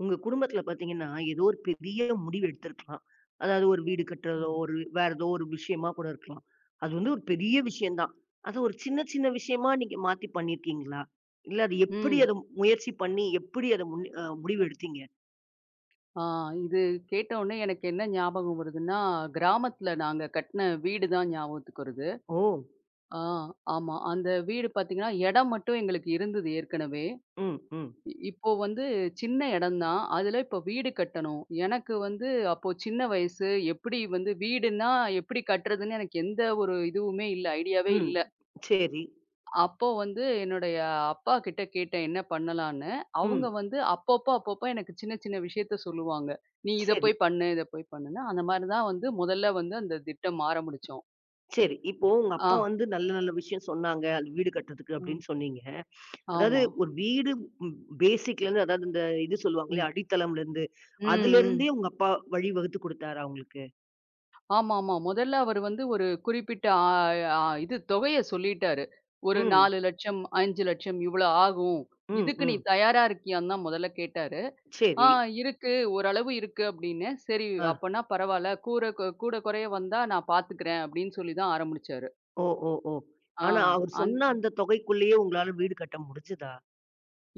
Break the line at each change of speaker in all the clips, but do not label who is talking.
உங்க குடும்பத்துல பாத்தீங்கன்னா, ஏதோ ஒரு பெரிய முடிவு எடுத்திருக்கலாம். அதாவது ஒரு வீடு கட்டுறதோ,
ம்.
ஒரு வேற ஏதோ ஒரு விஷயமா கூட இருக்கலாம். அது வந்து ஒரு பெரிய விஷயம் தான். அது ஒரு சின்ன சின்ன விஷயமா நீங்க மாத்தி பண்ணியிருக்கீங்களா? இல்ல அது எப்படி
ம்.
அத முயற்சி பண்ணி எப்படி அத முன் முடிவு எடுத்தீங்க?
ஆ இது கேட்டவுனே எனக்கு என்ன ஞாபகம் வருதுன்னா, கிராமத்துல நாங்க கட்ன வீடு தான் ஞாபகத்துக்கு வருது.
ஓ!
ஆ ஆமா. அந்த வீடு பாத்தீங்கன்னா, இடம் மட்டும் எங்களுக்கு இருந்தது ஏற்கனவே.
ம், ம்,
இப்போ வந்து சின்ன இடம் தான். அதுல இப்போ வீடு கட்டணும். எனக்கு வந்து அப்போ சின்ன வயசு. எப்படி வந்து வீடுன்னா எப்படி கட்டுறதுன்னு எனக்கு எந்த ஒரு இதுவுமே இல்ல, ஐடியாவே
ம்.
இல்ல.
சரி.
அப்போ வந்து என்னுடைய அப்பா கிட்ட கேட்டேன் என்ன பண்ணலான்னு. அவங்க
ம்.
வந்து அப்பப்போ, அப்பப்போ எனக்கு சின்ன சின்ன விஷயத்த சொல்லுவாங்க. "நீ இத
சரி,
போய் பண்ணு, இத போய் பண்ணுன்னு." அந்த மாரி தான் வந்து முதல்ல வந்து அந்த திட்டம் ஆரம்பிச்சோம்.
சரி. இப்போ உங்க
ஆ.
அப்பா வந்து நல்ல நல்ல விஷயம் சொன்னாங்க. அது வீடு கட்டுறதுக்கு
ம்.
அப்படின்னு சொன்னீங்க. அதாவது
ஆமா.
ஒரு வீடு ம் பேசிக்லேருந்து அதாவது இந்த இது
ம்.
சொல்லுவாங்கல்ல, அடித்தளம்லேருந்து,
ம், ம்.
அதுலேருந்தே உங்க அப்பா வழி வகுத்து குடுத்தாரா உங்களுக்கு?
ஆமாமா. முதல்ல அவரு வந்து ஒரு குறிப்பிட்ட ஆ ஆ இது தொகைய சொல்லிட்டாரு. ஒரு
ம்.
4,00,000, 5,00,000 இவ்வளோ ஆகும்.
ம்,
இதுக்கு நீ
ம்.
தயாரா இருக்கியான்னு தான் முதல்ல கேட்டாரு. ஆ
சரி.
இருக்கு. ஓரளவு இருக்கு அப்படின்னு. சரி
ஆ.
அப்பன்னா பரவால்ல. கூர கு கூட குறைய வந்தா நான் பார்த்துக்கிறேன் அப்படின்னு சொல்லி தான் ஆரம்பிச்சாரு.
ஓ, ஓ, ஓ!
ஆ
ஆனா, அவர்
அந்
சொன்ன அந்த தொகைக்குள்ளேயே உங்களால வீடு கட்ட முடிஞ்சுதா?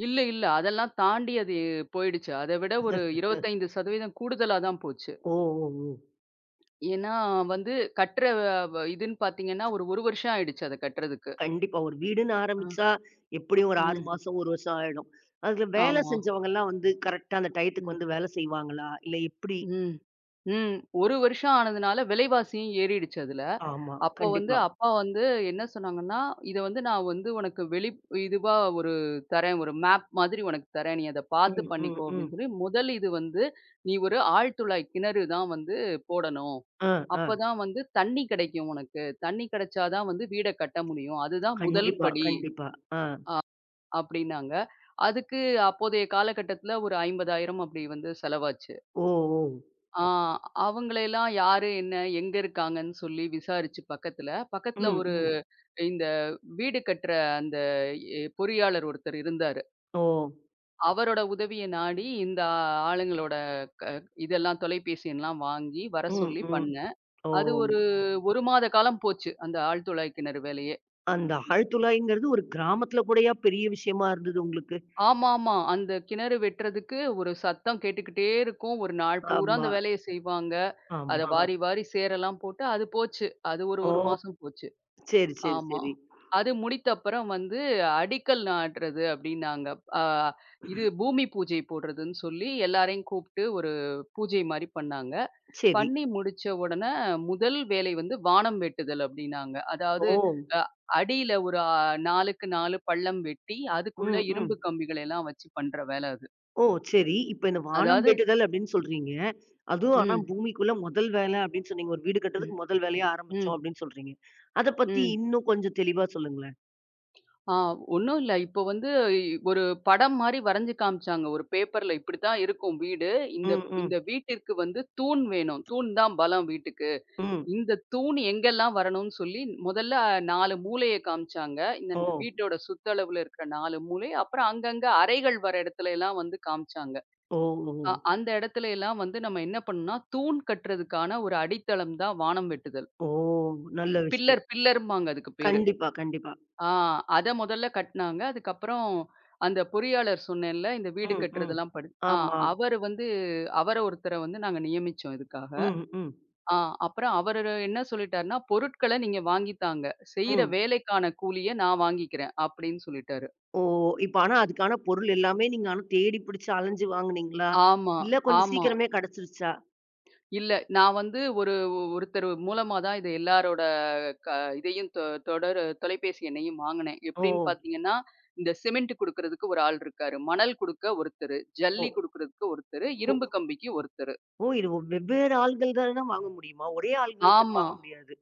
இல்ல, இல்ல. அதெல்லாம் தாண்டி அது போயிடுச்சு. அத விட ஒரு 25% கூடுதலா தான் போச்சு.
ஓ, ஓ, ஓ!
ஏன்னா வந்து கட்டுற இதுன்னு பார்த்தீங்கன்னா, ஒரு 1 வருஷம் ஆயிடுச்சு அத கட்டுறதுக்கு.
கண்டிப்பா. ஒரு வீடுன்னு
ஆ.
ஆரம்பிச்சா, எப்படியும் ஒரு 6
ம்.
மாசம், 1 வருஷம் ஆயிடும். அதுல வேலை
ஆமா.
செஞ்சவங்கலாம் வந்து கரெக்ட்டா அந்த டயத்துக்கு
ம்.
வந்து வேலை செய்வாங்களா? இல்ல எப்படி?
ம். ம். 1 வருஷம் ஆனதுனால விலைவாசியும் ஏறிடுச்சு அதுல.
ஆமா.
அப்போ வந்து
கண்டிப்பா.
அப்பா வந்து என்ன சொன்னாங்கன்னா, "இத வந்து நான் வந்து உனக்கு வெளி இதுவா ஒரு தரேன். ஒரு மேப் மாதிரி உனக்கு தரேன். நீ அத பார்த்து
ம், ம்,
பண்ணிக்கோ"
ம்.
அப்படின்னு சொல்லி, "முதல் இது வந்து நீ ஒரு ஆழ்துளை கிணறு தான் வந்து போடணும்.
ஆ, ஆ.
அப்பதான் வந்து தண்ணி கிடைக்கும் உனக்கு. தண்ணி கிடைச்சா தான் வந்து வீட கட்ட முடியும். அதுதான் முதல்
கண்டிப்பா,
படி."
கண்டிப்பா. ஆ.
அப்படின்னாங்க. அதுக்கு அப்போதைய காலகட்டத்துல ஒரு 50,000 அப்படி வந்து செலவாச்சு.
ஓ! ஓ!
ஆ அவங்களையெல்லாம் யாரு, என்ன, எங்க இருக்காங்கன்னு சொல்லி விசாரிச்சு பக்கத்துல, பக்கத்துல
ம்,
ஒரு
ம்.
இந்த வீடு கட்டுற அந்த பொறியாளர் ஒருத்தர் இருந்தாரு.
ஓ!
அவரோட உதவிய நாடி இந்த ஆளுங்களோட க இதெல்லாம் தொலைபேசி எண்லாம் வாங்கி வர
ம்,
சொல்லி
ம்.
பண்ணேன்.
ஓ!
அது ஒரு 1 மாத காலம் போச்சு. அந்த ஆழ்துளை கிணறு வேலையே.
அந்த ஆழ்துளைங்கிறது ஒரு கிராமத்துல கூடயா பெரிய விஷயமா இருந்தது உங்களுக்கு?
ஆமாமா. அந்த கிணறு வெட்டுறதுக்கு ஒரு சத்தம் கேட்டுக்கிட்டே இருக்கும். ஒரு நாள் பூரா
ஆமா,
அந்த வேலைய செய்வாங்க. அத
ஆமா.
வாரி வாரி சேரெல்லாம் போட்டு அது போச்சு. அது ஒரு
ஓ!
1 மாசம் போச்சு.
சரி, சரி,
ஆமா.
சரி.
அது முடித்த அப்புறம் வந்து அடிக்கல் நாட்டுறது அப்படின்னாங்க. அ இது பூமி பூஜை போடுறதுன்னு சொல்லி எல்லாரையும் கூப்பிட்டு ஒரு பூஜை மாரி பண்ணாங்க.
சரி.
பண்ணி முடிச்ச உடனே முதல் வேலை வந்து வானம் வெட்டுதல் அப்படின்னாங்க. அதாவது
ஓ!
அ அடியில ஒரு 4க்கு 4 பள்ளம் வெட்டி, அதுக்குள்ள
ம், ம்.
இரும்பு கம்பிகள எல்லாம் வச்சு பண்ற வேல அது.
ஓ! சரி. இப்ப இந்த வானம்
அதாவது
வேண்டுதல் அப்படின்னு சொல்றீங்க. அதுவும் ஆனா
ம்,
பூமிக்குள்ள முதல் வேலை அப்படின்னு சொன்னீங்க. ஒரு வீடு
ம்,
கட்டுறதுக்கு முதல் வேலையா ஆரம்பிச்சோம்
ம்,
அப்படின்னு சொல்றீங்க. அத பத்தி
ம்.
இன்னும் கொஞ்சம் தெளிவா சொல்லுங்களேன்.
ஆ ஒண்ணும் இல்ல. இப்போ வந்து ஒரு படம் மாரி வரைஞ்சு காமிச்சாங்க. ஒரு பேப்பர்ல இப்படித்தான் இருக்கும் வீடு. இந்த
ம், ம்,
இந்த வீட்டிற்கு வந்து தூண் வேணும். தூண் தான் பலம் வீட்டுக்கு.
ம்.
இந்த தூண் எங்கெல்லாம் வரணும்னு சொல்லி முதல்ல 4 மூலைய காமிச்சாங்க. இந்த
ஓ!
வீட்டோட சுத்தளவுல இருக்கிற 4 மூலை. அப்புறம் அங்கங்க அறைகள் வர இடத்துல எல்லாம் வந்து காமிச்சாங்க.
ஓ! ஓ!
அந்த இடத்துல எல்லாம் வந்து நம்ம என்ன பண்ணணும்னா, தூண் கட்டுறதுக்கான ஒரு அடித்தளம் தான் வானம் வெட்டுதல்.
ஓ! நல்ல விஷயம்.
பில்லர் பில்லர்ம்பாங்க அதுக்கு பேரு.
கண்டிப்பா, கண்டிப்பா.
ஆ அத முதல்ல கட்டுனாங்க. அதுக்கப்புறம் அந்த பொறியாளர் சொன்னேன்ல, இந்த வீடு
ம், ம்.
கட்டுறதெல்லாம் படி
ஆமா.
அவரு வந்து அவர ஒருத்தர வந்து நாங்க நியமிச்சோம் இதுக்காக.
ம், ம்,
ஆ அப்புறம் அவரு என்ன சொல்லிட்டாருன்னா, பொருட்கள நீங்க வாங்கி தாங்க. செய்ற
ம்.
வேலைக்கான கூலிய நான் வாங்கிக்கிறேன் அப்படின்னு சொல்லிட்டாரு.
ஓ! இப்ப ஆனா அதுக்கான பொருள் எல்லாமே நீங்க ஆனா தேடி பிடிச்சு அலைஞ்சு வாங்குனீங்களா?
ஆமா,
இல்ல கொஞ்சம்
ஆமா.
சீக்கிரமே கிடைச்சிருச்சா?
இல்ல. நான் வந்து ஒரு ஒருத்தர் மூலமா தான் இது எல்லாரோட க இதையும் தொடர் தொலைபேசி எண்ணையும் வாங்குனேன்.
ஓ!
எப்படின்னு பார்த்தீங்கன்னா, இந்த சிமெண்ட் குடுக்குறதுக்கு ஒரு ஆள் இருக்காரு. மணல் குடுக்க ஒருத்தரு,
ஓ!
ஜல்லி குடுக்குறதுக்கு ஒருத்தரு,
ஓ!
இரும்பு கம்பிக்கு ஒருத்தரு.
ஓ! இது வெவ்வேறு ஆள்கள் தான் தான் வாங்க முடியுமா? ஒரே ஆள்களுக்குன்னு
ஆமா.
வாங்க முடியாது.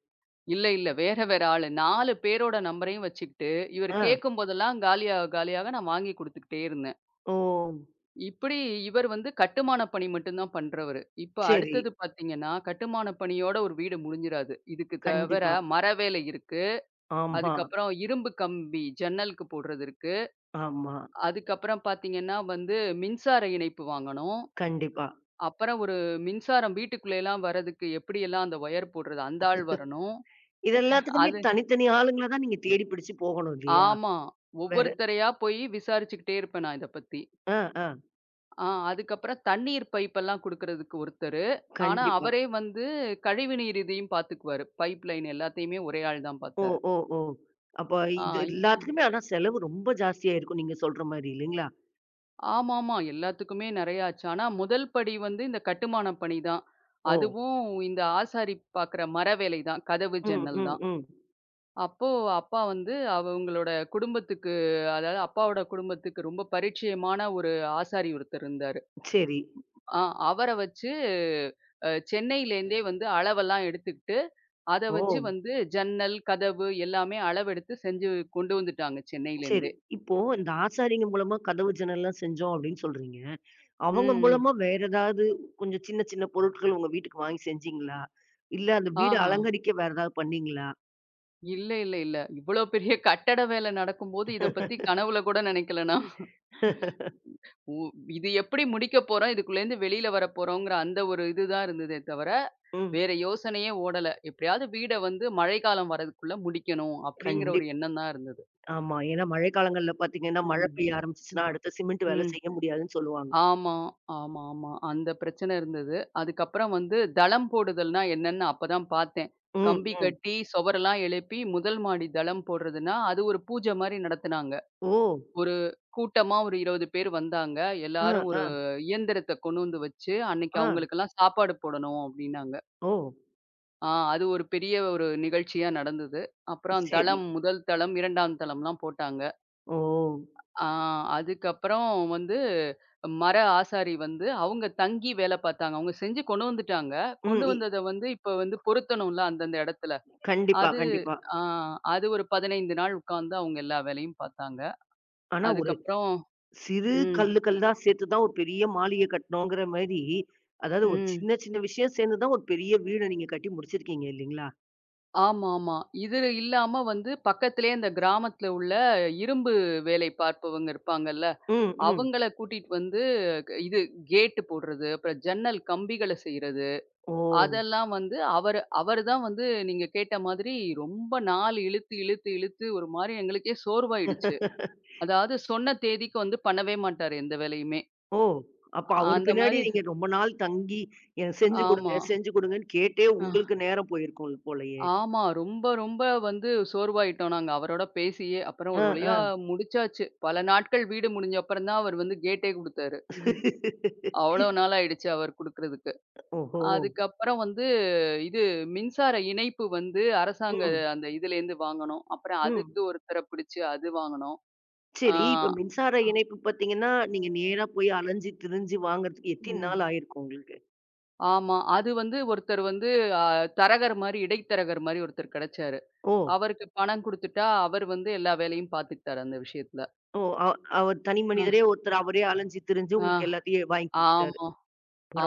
இல்ல, இல்ல. வேற வேற ஆளு. 4 பேரோட நம்பரையும் வச்சுக்கிட்டு, இவர்
ஆ.
கேட்கும்போதெல்லாம் காலியாக, காலியாக நான் வாங்கி குடுத்துக்கிட்டே இருந்தேன்.
ஓ!
இப்படி இவர் வந்து கட்டுமான பணி மட்டும் தான் பண்றவரு. இப்ப
சரி.
அடுத்தது பார்த்தீங்கன்னா, கட்டுமான பணியோட ஒரு வீடு முடிஞ்சிராது. இதுக்கு தவிர
கண்டிப்பா.
மர வேலை இருக்கு.
ஆமா,
அதுக்கப்புறம் இரும்பு கம்பி ஜன்னலுக்கு போடுறது இருக்கு.
ஆமா.
அதுக்கப்புறம் பார்த்தீங்கன்னா வந்து மின்சார இணைப்பு வாங்கணும்.
கண்டிப்பா.
அப்புறம் ஒரு மின்சாரம் வீட்டுக்குள்ளேலாம் வரதுக்கு எப்படியெல்லாம் அந்த ஒயர் போடுறது அந்த ஆள் வரணும்.
இது எல்லாத்துக்குமே
அது
தனித்தனி ஆளுங்கள தான் நீங்க தேடி பிடிச்சு போகணும் இல்லையா?
ஆமா.
வேற.
ஒவ்வொருத்தரையா போய் விசாரிச்சுக்கிட்டே இருப்பேன் நான் இத பத்தி.
ஆ, ஆ.
அதுக்கப்புறம் தண்ணீர் பைப்பெல்லாம் குடுக்குறதுக்கு ஒருத்தரு. ஆனா,
கண்டிப்பா.
அவரே வந்து கழிவுநீர் இதையும் பாத்துக்குவாரு. பைப் லைன் எல்லாத்தையுமே ஒரே ஆள் தான்
ஓ!
பாத்தாரு.
ஓ! ஓ! அப்ப
ஆ
இது
இ
எல்லாத்துக்குமே ஆனா செலவு ரொம்ப ஜாஸ்தியா இருக்கும் நீங்க சொல்ற மாரி இல்லைங்களா?
ஆமாமா. எல்லாத்துக்குமே நெறைய ஆச்சு. ஆனா, முதல் படி வந்து இந்த கட்டுமான பணி தான்.
ஓ!
அதுவும் இந்த ஆசாரி பாக்குற மர வேலை தான். கதவு,
ம்,
ஜன்னல்
ம்,
தான்.
ம்.
அப்போ அப்பா வந்து அவங்களோட குடும்பத்துக்கு அதாவது அப்பாவோட குடும்பத்துக்கு ரொம்ப பரிச்சயமான ஒரு ஆசாரி ஒருத்தர் இருந்தாரு.
சரி.
ஆ அவர வச்சு சென்னையிலேருந்தே வந்து அளவெல்லாம் எடுத்துக்கிட்டு அத
ஓ!
வச்சு வந்து ஜன்னல், கதவு எல்லாமே அளவெடுத்து செஞ்சு கொண்டு வந்துட்டாங்க
சரி.
சென்னையிலேருந்தே.
இப்போ இந்த ஆசாரிங்க மூலமா கதவு ஜன்னல்லாம் செஞ்சோம் அப்படின்னு சொல்றீங்க. அவங்க
ம்.
மூலமா வேற ஏதாவது கொஞ்சம் சின்ன சின்ன பொருட்கள் உங்க வீட்டுக்கு வாங்கி செஞ்சீங்களா? இல்ல அந்த வீடு
ஆஹா.
அலங்கரிக்க வேற ஏதாவது பண்ணீங்களா?
இல்ல, இல்ல, இல்ல. இவ்ளோ பெரிய கட்டட வேலை நடக்கும்போது இத பத்தி கனவுல கூட நினைக்கல நான். உ இது எப்படி முடிக்க போறோம்? இதுக்குள்ளேருந்து வெளியில வரப்போறோங்கிற அந்த ஒரு இதுதான் இருந்ததே தவிர,
ம்.
வேற யோசனையே ஓடல. எப்படியாவது வீட வந்து மழைக்காலம் வரதுக்குள்ள முடிக்கணும் அப்படிங்கிற ஒரு
கண்டிப்
எண்ணம் தான் இருந்தது.
ஆமா. ஏன்னா மழைக்காலங்கள்ல பார்த்தீங்கன்னா, மழை
ம்.
பெய்ய ஆரம்பிச்சுச்சுன்னா
ம்.
அடுத்த சிமெண்ட் வேலை
ம்.
செய்ய முடியாதுன்னு சொல்லுவாங்க.
ஆமா, ஆமா, ஆமா. அந்த பிரச்சனை இருந்தது. அதுக்கப்புறம் வந்து தளம் போடுதல்னா என்னன்னு அப்பதான் பார்த்தேன்.
ம்,
கம்பி
ம்.
கட்டி, சுவரெல்லாம் எழுப்பி, முதல் மாடி தளம் போடுறதுன்னா, அது ஒரு பூஜை மாரி நடத்துனாங்க.
ஓ!
ஒரு கூட்டமா ஒரு 20 பேர் வந்தாங்க.
ஆ,
எல்லாரும் ஒரு
ஆ,
இயந்திரத்த கொண்டு வந்து வச்சு, அன்னைக்கு
ஆ.
அவங்களுக்கெல்லாம் சாப்பாடு போடணும் அப்டின்னாங்க.
ஓ!
ஆ அது ஒரு பெரிய ஒரு நிகழ்ச்சியா நடந்தது. அப்புறம்
சரி.
தளம் முதல் தளம், 2ஆம் தளம்லாம் போட்டாங்க.
ஓ!
ஆ அதுக்கப்புறம் வந்து மர ஆசாரி வந்து அவங்க தங்கி வேல பார்த்தாங்க. அவங்க செஞ்சு கொண்டு வந்துட்டாங்க. கொண்டு
ம். இ
வந்தத வந்து இப்ப வந்து பொருத்தணும்ல அந்தந்த இடத்துல.
கண்டிப்பா,
அது
கண்டிப்பா.
ஆ அது ஒரு 15 நாள் உட்கார்ந்து அவங்க எல்லா வேலையும் பார்த்தாங்க.
ஆனா ஒரு
அதுக்கப்புறம்
சிறு
ம்,
கல்லு கல்லா சேர்த்து தான் ஒரு பெரிய மாளிகை கட்டணுங்கிற மாரி, அதாவது ஒரு
ம்.
சின்ன சின்ன விஷயம் சேர்ந்து தான் ஒரு பெரிய வீட நீங்க கட்டி முடிச்சிருக்கீங்க இல்லீங்களா?
ஆமாமா. இது இல்லாம வந்து பக்கத்திலேயே இந்த கிராமத்துல உள்ள இரும்பு வேலை பார்ப்பவங்க இருப்பாங்கல்ல,
ம், ம்.
அவங்கள கூட்டிட்டு வந்து இது கேட் போடுறது, அப்புறம் ஜன்னல் கம்பிகள செய்றது.
ஓ!
அதெல்லாம் வந்து அவருதான் வந்து நீங்க கேட்ட மாதிரி ரொம்ப நாள் இழுத்து, இழுத்து, இழுத்து ஒரு மாரி எங்களுக்கே சோர்வாயிடுச்சு. அதாவது சொன்ன தேதிக்கு வந்து பண்ணவே மாட்டாரு எந்த வேலையுமே.
ஓ! அப்ப அவரு
அந்த
பின்னாடி
மாரி
நீங்க ரொம்ப நாள் தங்கி, "எனக்கு செஞ்சு
ஆமா.
குடுங்க, செஞ்சு குடுங்கன்னு" கேட்டே
அ
உங்களுக்கு நேரம் போயிருக்கும் போலயே.
ஆமா. ரொம்ப ரொம்ப வந்து சோர்வாயிட்டோம் நாங்க அவரோட பேசியே. அப்புறம்
ஆ,
ஒரு வழியா
ஆ.
முடிச்சாச்சு. பல நாட்கள் வீடு முடிஞ்ச அப்புறம் தான் அவர் வந்து கேட்டே குடுத்தாரு. அவ்வளோ நாள் ஆயிடுச்சு அவர் குடுக்குறதுக்கு.
ஓஹோ!
அதுக்கப்புறம் வந்து இது மின்சார இணைப்பு வந்து அரசாங்க
ம்,
அந்த இதுலேருந்து வாங்கணும். அப்புறம்
ம்.
அதுக்கு ஒருத்தர பிடிச்சு அது வாங்கணும். ஆ,
சரி. இப்ப மின்சார இணைப்பு பார்த்தீங்கன்னா, நீங்க நேரா போய் அலைஞ்சு திரிஞ்சு வாங்குறதுக்கு எத்தினி
ம்.
நாள் ஆயிருக்கும் உங்களுக்கு?
ஆமா. அது வந்து ஒருத்தர் வந்து அ தரகர் மாரி, இடைத்தரகர் மாரி ஒருத்தர் கிடைச்சாரு.
ஓ!
அவருக்கு பணம் குடுத்துட்டா, அவர் வந்து எல்லா வேலையும் பார்த்துக்கிட்டாரு அந்த விஷயத்துல.
ஓ! அவர் தனி
அ,
மனிதரே ஒருத்தர் அவரே அலைஞ்சு திரிஞ்சு
ஆ,
உங்களுக்கு எல்லாத்தையும் வாங்கி குடுத்துட்டாரு.
ஆமா.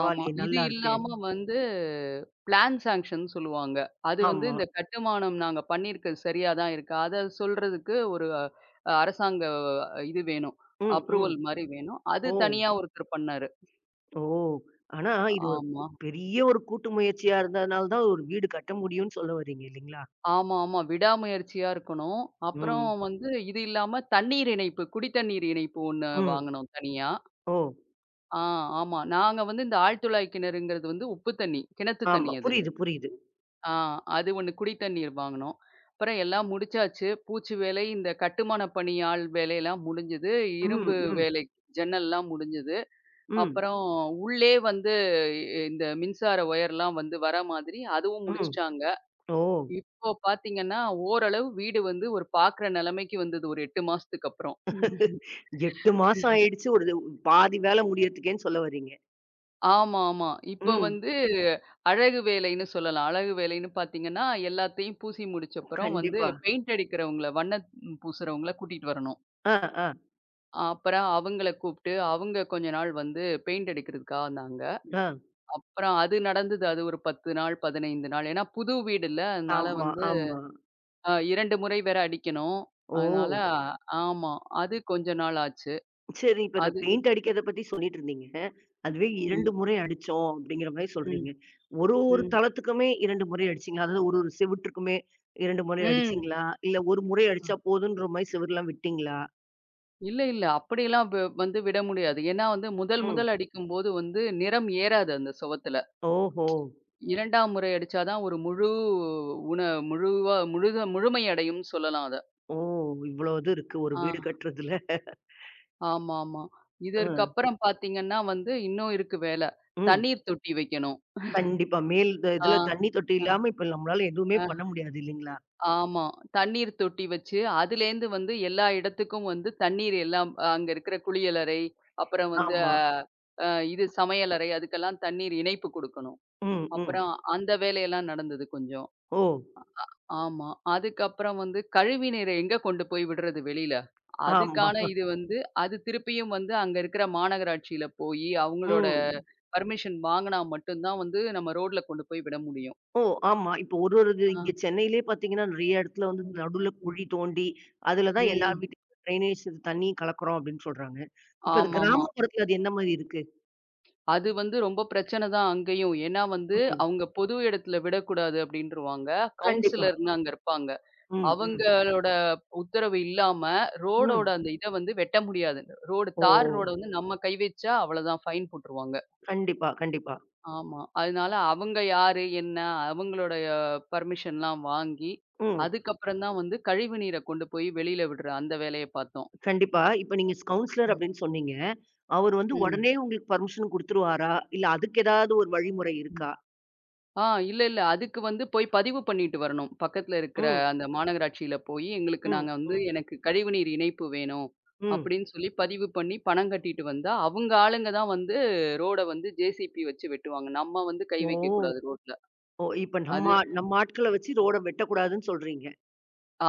ஆமா. இது
நல்லா இருக்கே!
இல்லாம வந்து பிளான் சாங்ஷன்னு சொல்லுவாங்க. அது வந்து
ஆமா.
இந்த கட்டுமானம் நாங்க பண்ணியிருக்கது சரியா தான் இருக்கா? அத சொல்றதுக்கு ஒரு அரசாங்க இது வேணும்.
ம், ம்.
அப்ரூவல் மாரி வேணும். அது
ஓ!
தனியா ஒருத்தர் பண்ணாரு.
ஓ! ஆனா இது ஒரு கு
ஆமா.
பெரிய ஒரு கூட்டு முயற்சியா இருந்ததுனால தான் ஒரு வீடு கட்ட முடியும்னு சொல்ல வர்றீங்க இல்லீங்களா?
ஆமாமா. விடாமுயற்சியா இருக்கணும். அப்புறம்
ம்.
வந்து இது இல்லாம தண்ணீர் இணைப்பு, குடித்தண்ணீர் இணைப்பு ஒண்ணு
ம்.
வாங்குனோம் தனியா.
ஓ!
ஆ ஆமா. நாங்க வந்து இந்த ஆழ்துளை கிணறுங்கிறது வந்து உப்பு தண்ணி, கிணத்து தண்ணி
ஆமா.
அது.
புரியுது, புரியுது.
ஆ அது ஒண்ணு குடி தண்ணீர் வாங்குனோம். அப்புறம் எல்லாம் முடிச்சாச்சு. பூச்சு வேலை, இந்த கட்டுமான பணியாள் வேலையெல்லாம் முடிஞ்சது.
ம்,
இரும்பு
ம்,
வேலை ஜன்னல்லாம் முடிஞ்சது.
ம்,
அப்புறம் உள்ளே வந்து இந்த மின்சார ஒயர்லாம் வந்து வர மாதிரி அதுவும்
ம்.
முடிச்சுட்டாங்க.
ஓ!
இப்போ பாத்தீங்கன்னா, ஓரளவு வீடு வந்து ஒரு பாக்குற நிலைமைக்கு வந்தது ஒரு 8 மாசத்துக்கு அப்புறம்.
8 மாசம் ஆயிடுச்சு. ஒரு இது பாதி வேல முடியறதுக்கேன்னு சொல்ல வர்றீங்க.
ஆமா, ஆமா. இப்ப
ம்.
வந்து அழகு வேலைன்னு சொல்லலாம். அழகு வேலைன்னு பார்த்தீங்கன்னா, எல்லாத்தையும் பூசி முடிச்சப்புறம் வந்து
கண்டிப்பா.
பெயிண்ட் அடிக்கிறவங்கள, வண்ணம் பூசுறவங்கள கூட்டிட்டு வரணும்.
ஆ, ஆ,
அப்புறம் அவங்கள கூப்பிட்டு, அவங்க கொஞ்ச நாள் வந்து பெயிண்ட் அடிக்கிறதுக்காக வந்தாங்க.
ஆ.
அப்புறம் அது நடந்தது. அது ஒரு 10 நாள், 15 நாள். ஏன்னா புது வீடுல்ல. அதனால
ஆமா,
வந்து
ஆமா.
2 முறை வேற அடிக்கணும்.
ஓ!
அதனால ஆமா. அது கொஞ்ச நாள் ஆச்சு.
சரி. இப்ப இந்த
அது
பெயிண்ட் அடிக்கிறத பத்தி சொல்லிட்டு இருந்தீங்க. அதுவே 2
ம்,
முறை அடிச்சோம் அப்படிங்கிற மாரி
ம்,
சொல்றீங்க. ஒரு ஒரு
ம்,
தளத்துக்குமே 2 முறை அடிச்சீங்களா? அதாவது ஒரு ஒரு செவுற்றுக்குமே 2 முறை
ம்.
அடிச்சீங்களா? இல்ல 1 முறை அடிச்சா போதுன்ற மாரி செவுருலாம் விட்டீங்களா?
இல்ல, இல்ல. அப்படியெல்லாம் வந்து விட முடியாது. ஏன்னா வந்து முதல்
ம்.
முதல் அடிக்கும்போது வந்து நிறம் ஏறாது அந்த சுவத்துல.
ஓஹோ!
2ஆம் முறை அடிச்சா தான் ஒரு முழு உண முழுவா முழுத முழுமை அடையும்னு சொல்லலாம் அத.
ஓ! இவ்வளோ இது இருக்கு ஒரு
ஆ
வீடு கட்டுறதுல.
ஆமாமா.
அ.
இதற்கப்புறம் பார்த்தீங்கன்னா வந்து இன்னும் இருக்கு வேல.
ம்.
தண்ணீர் தொட்டி வைக்கணும்.
கண்டிப்பா. மேல் த
ஆ.
இதுல தண்ணி தொட்டி
அ,
இல்லாம இப்ப நம்மளால எதுவுமே
அ.
பண்ண முடியாது இல்லைங்களா?
ஆமா. தண்ணீர் தொட்டி வச்சு, அதுலேருந்து வந்து எல்லா இடத்துக்கும் வந்து தண்ணீர் எல்லாம் அங்க இருக்கிற குளியலறை, அப்புறம் வந்து அ
ஆமா.
அ இது சமையலறை அதுக்கெல்லாம் தண்ணீர் இணைப்பு குடுக்கணும்.
ம், ம்.
அப்புறம் அந்த வேலையெல்லாம் நடந்தது கொஞ்சம்.
ஓ!
ஆமா. அதுக்கப்புறம் வந்து கழிவு நீரை எங்க கொண்டு போய் விடுறது வெளியில?
ஆமா.
அதுக்கான இது வந்து அது திருப்பியும் வந்து அங்க இருக்கிற மாநகராட்சியில போயி, அவங்களோட
ம்.
பர்மிஷன் வாங்குனா மட்டும் தான் வந்து நம்ம ரோட்ல கொண்டு போய் விட முடியும்.
ஓ! ஆமா. இப்போ ஒரு ஒரு இது
ஆ.
இங்க சென்னையிலயே பார்த்தீங்கன்னா, நெறைய இடத்துல வந்து
ம்.
நடுவுல
ம்.
குழி தோண்டி, அதுல தான் எல்லார்
ம்.
வீட்டுக்கும் ட்ரைனேஜ் தண்ணி கலக்குறோம் அப்படின்னு சொல்றாங்க. இப்ப அது
ஆமாமா.
கிராமப்புறத்துல அது என்ன மாரி இருக்கு?
அது வந்து ரொம்ப பிரச்சனை தான் அங்கேயும். ஏன்னா வந்து
ம்.
அவங்க பொது இடத்துல விடக்கூடாது அப்படின்ருவாங்க.
கண்டிப்பா.
கவுன்சிலர்ன்னு அங்க இருப்பாங்க.
ம், ம்,
அவங்களோட உத்தரவு இல்லாம ரோடோட
ம்.
அந்த இத வந்து வெட்ட முடியாது. ரோடு
ஓ!
தார் ரோட வந்து நம்ம கை வச்சா அவ்வளோதான் ஃபைன் போட்டுருவாங்க.
கண்டிப்பா, கண்டிப்பா.
ஆமா. அதனால அவங்க யாரு? என்ன? அவங்களுடைய பர்மிஷன்லாம் வாங்கி,
ம்.
அதுக்கப்புறம் தான் வந்து கழிவு நீர கொண்டு போய் வெளியில விடுற அந்த வேலைய பார்த்தோம்.
கண்டிப்பா. இப்ப நீங்க ஸ் கவுன்சிலர் அப்படின்னு சொன்னீங்க. அவரு வந்து உடனே உங்களுக்கு பர்மிஷன் குடுத்துருவாரா? இல்ல அதுக்கு ஏதாவது ஒரு வழிமுறை
ம்.
இருக்கா?
இல்ல, இல்ல. அதுக்கு வந்து போய் பதிவு பண்ணிட்டு வரணும். பக்கத்துல இருக்கிற
ம்.
அந்த மாநகராட்சியில போயி, எங்களுக்கு
ம்.
நாங்க வந்து
ம்.
எனக்கு கழிவுநீர் இணைப்பு வேணும்.
ம்.
அப்படின்னு சொல்லி பதிவு பண்ணி பணம் கட்டிட்டு வந்தா, அவங்க ஆளுங்க தான் வந்து ரோட வந்து ஜேசிபி வச்சு வெட்டுவாங்க. நம்ம வந்து கை
ஓ!
வைக்கக்கூடாது ரோட்ல.
ஓ! இப்ப நம்ம
அது
ஆ- நம்ம ஆட்கள வச்சு ரோட வெட்டக்கூடாதுன்னு சொல்றீங்க.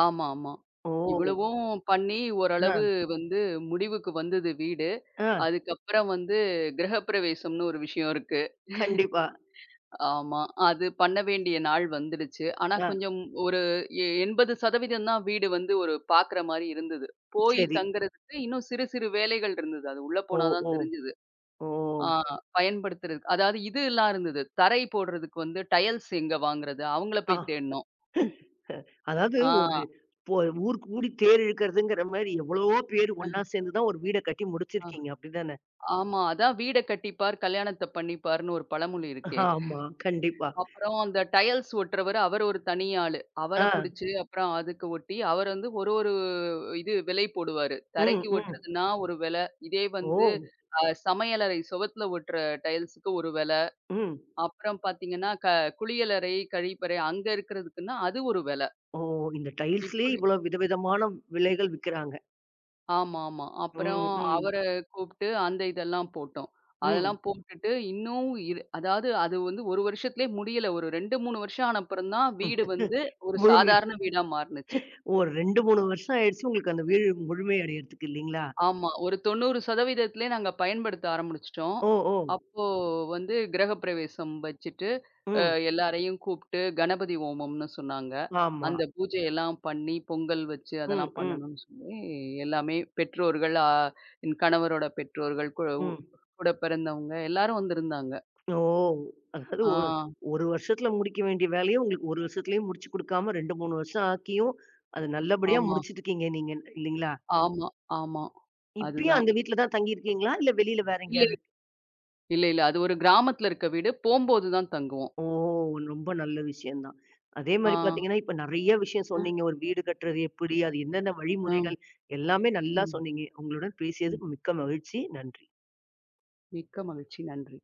ஆமா, ஆமா.
ஓ!
இவ்வளவும் பண்ணி
அ.
ஓரளவு வந்து முடிவுக்கு வந்தது வீடு.
அ.
அதுக்கப்புறம் வந்து கிரகப்பிரவேசம்னு ஒரு விஷயம் இருக்கு.
கண்டிப்பா.
ஆமா. அது பண்ண வேண்டிய நாள் வந்துடுச்சு. ஆனா
அ.
கொஞ்சம் ஒரு 80% தான் வீடு வந்து ஒரு பார்க்குற மாரி இருந்தது. போய்
சரி.
தங்குறதுக்கு இன்னும் சிறு சிறு வேலைகள் இருந்தது. அது உள்ள
ஓ!
போனா தான்
ஓ!
தெரிஞ்சது.
ஓ!
ஆ பயன்படுத்துறதுக்கு அதாவது இதுலாம் இருந்தது. தரை போடுறதுக்கு வந்து டயல்ஸ் எங்க வாங்குறது? அவங்கள
ஆ.
போய் தேடினோம்.
அதாவது ஒரு
ஆ.
இப்போ ஊர் கூடி தேர் இழுக்கிறதுங்கிற மாரி எவ்வளவோ பேர் ஒண்ணா சேர்ந்து தான் ஒரு வீட கட்டி
ஆ
முடிச்சிருக்கீங்க. அப்படிதானே?
ஆமா. அதான் வீட கட்டிப்பார், கல்யாணத்த பண்ணிப்பார்ன்னு ஒரு பழமொழி இருக்கே!
ஆமா. கண்டிப்பா.
அப்புறம் அந்த டைல்ஸ் ஒட்டுறவரு, அவரு ஒரு தனி ஆளு. அவர
ஆ.
புடிச்சு, அப்புறம் அதுக்கு ஒட்டி, அவர் வந்து ஒரு ஒரு இது விலை போடுவாரு.
ம்.
தரைக்கு
ம்.
ஒட்டுறதுன்னா ஒரு விலை. இதே
ஓ!
வந்து சமையலறை சுவத்துல ஒட்டுற டைல்ஸுக்கு ஒரு விலை.
ம்.
அப்புறம் பார்த்தீங்கன்னா, குளியலறை, கழிப்பறை அங்க இருக்கிறதுக்குன்னா அது ஒரு விலை.
ஓ! இந்த டைல்ஸ்லயே
இப்படி
இவ்வளோ விதவிதமான விலைகள் விக்கிறாங்க.
ஆமா, ஆமா. அப்புறம்
ம், ம்,
அவர கூப்ட்டு அந்த இதெல்லாம் போட்டோம்.
ம்.
அதெல்லாம் போட்டுட்டு இன்னும் இரு அதாவது அது வந்து 1 வருஷத்திலே முடியல. ஒரு 2, 3 வருஷம் ஆன அப்புறம் தான் வீடு வந்து ஒரு
முழுமை
சாதாரண வீடா மாறுனுச்சு.
ஒரு 2, 3 வருஷம் ஆயிடுச்சு உங்களுக்கு அந்த வீடு முழுமை அடையறதுக்கு இல்லீங்களா?
ஆமா. ஒரு 90% நாங்க பயன்படுத்த ஆரம்பிச்சுட்டோம்.
ஓ! ஓ!
அப்போ வந்து கிரகப்பிரவேசம் வச்சுட்டு, அ
ம்.
எல்லாரையும் கூப்ட்டு கணபதி ஹோமம்னு சொன்னாங்க.
ஆமா.
அந்த பூஜை எல்லாம் பண்ணி, பொங்கல் வச்சு
ம்,
அதெல்லாம்
ம்,
பண்ணணும்னு சொல்லி, எல்லாமே பெற்றோர்கள், என் கணவரோட பெற்றோர்கள்,
ம்.
கூட பிறந்தவங்க எல்லாரும் வந்திருந்தாங்க.
ஓ! அதாவது
ஆ,
ஒரு 1 வருஷத்துல முடிக்க வேண்டிய வேலைய உங்களுக்கு 1 வருஷத்துலயே முடிச்சு குடுக்காம 2, 3 வருஷம் ஆக்கியும், அத நல்லபடியா
ஆமா,
முடிச்சிட்டுருக்கீங்க நீங்க இல்லீங்களா?
ஆமா, ஆமா.
இப்பயும்
அதுதான்.
அந்த வீட்ல தான் தங்கியிருக்கீங்களா? இல்ல வெளியில வேற
இல்ல,
எங்கேயாவது
இல்ல, இல்ல. அது ஒரு கிராமத்துல இருக்க வீடு. போம்போது தான் தங்குவோம்.
ஓ! ரொம்ப நல்ல விஷயம் தான். அதே
ஆ.
மாரி பார்த்தீங்கன்னா, இப்ப நெறைய விஷயம்
அ,
சொன்னீங்க. ஒரு வீடு கட்டுறது எப்படி? அது என்னென்ன
அ.
வழிமுறைகள்? எல்லாமே நல்லா
ம்.
சொன்னீங்க. உங்களுடன் பேசியது மிக்க மகிழ்ச்சி. நன்றி.
மிக்க மகிழ்ச்சி. நன்றி.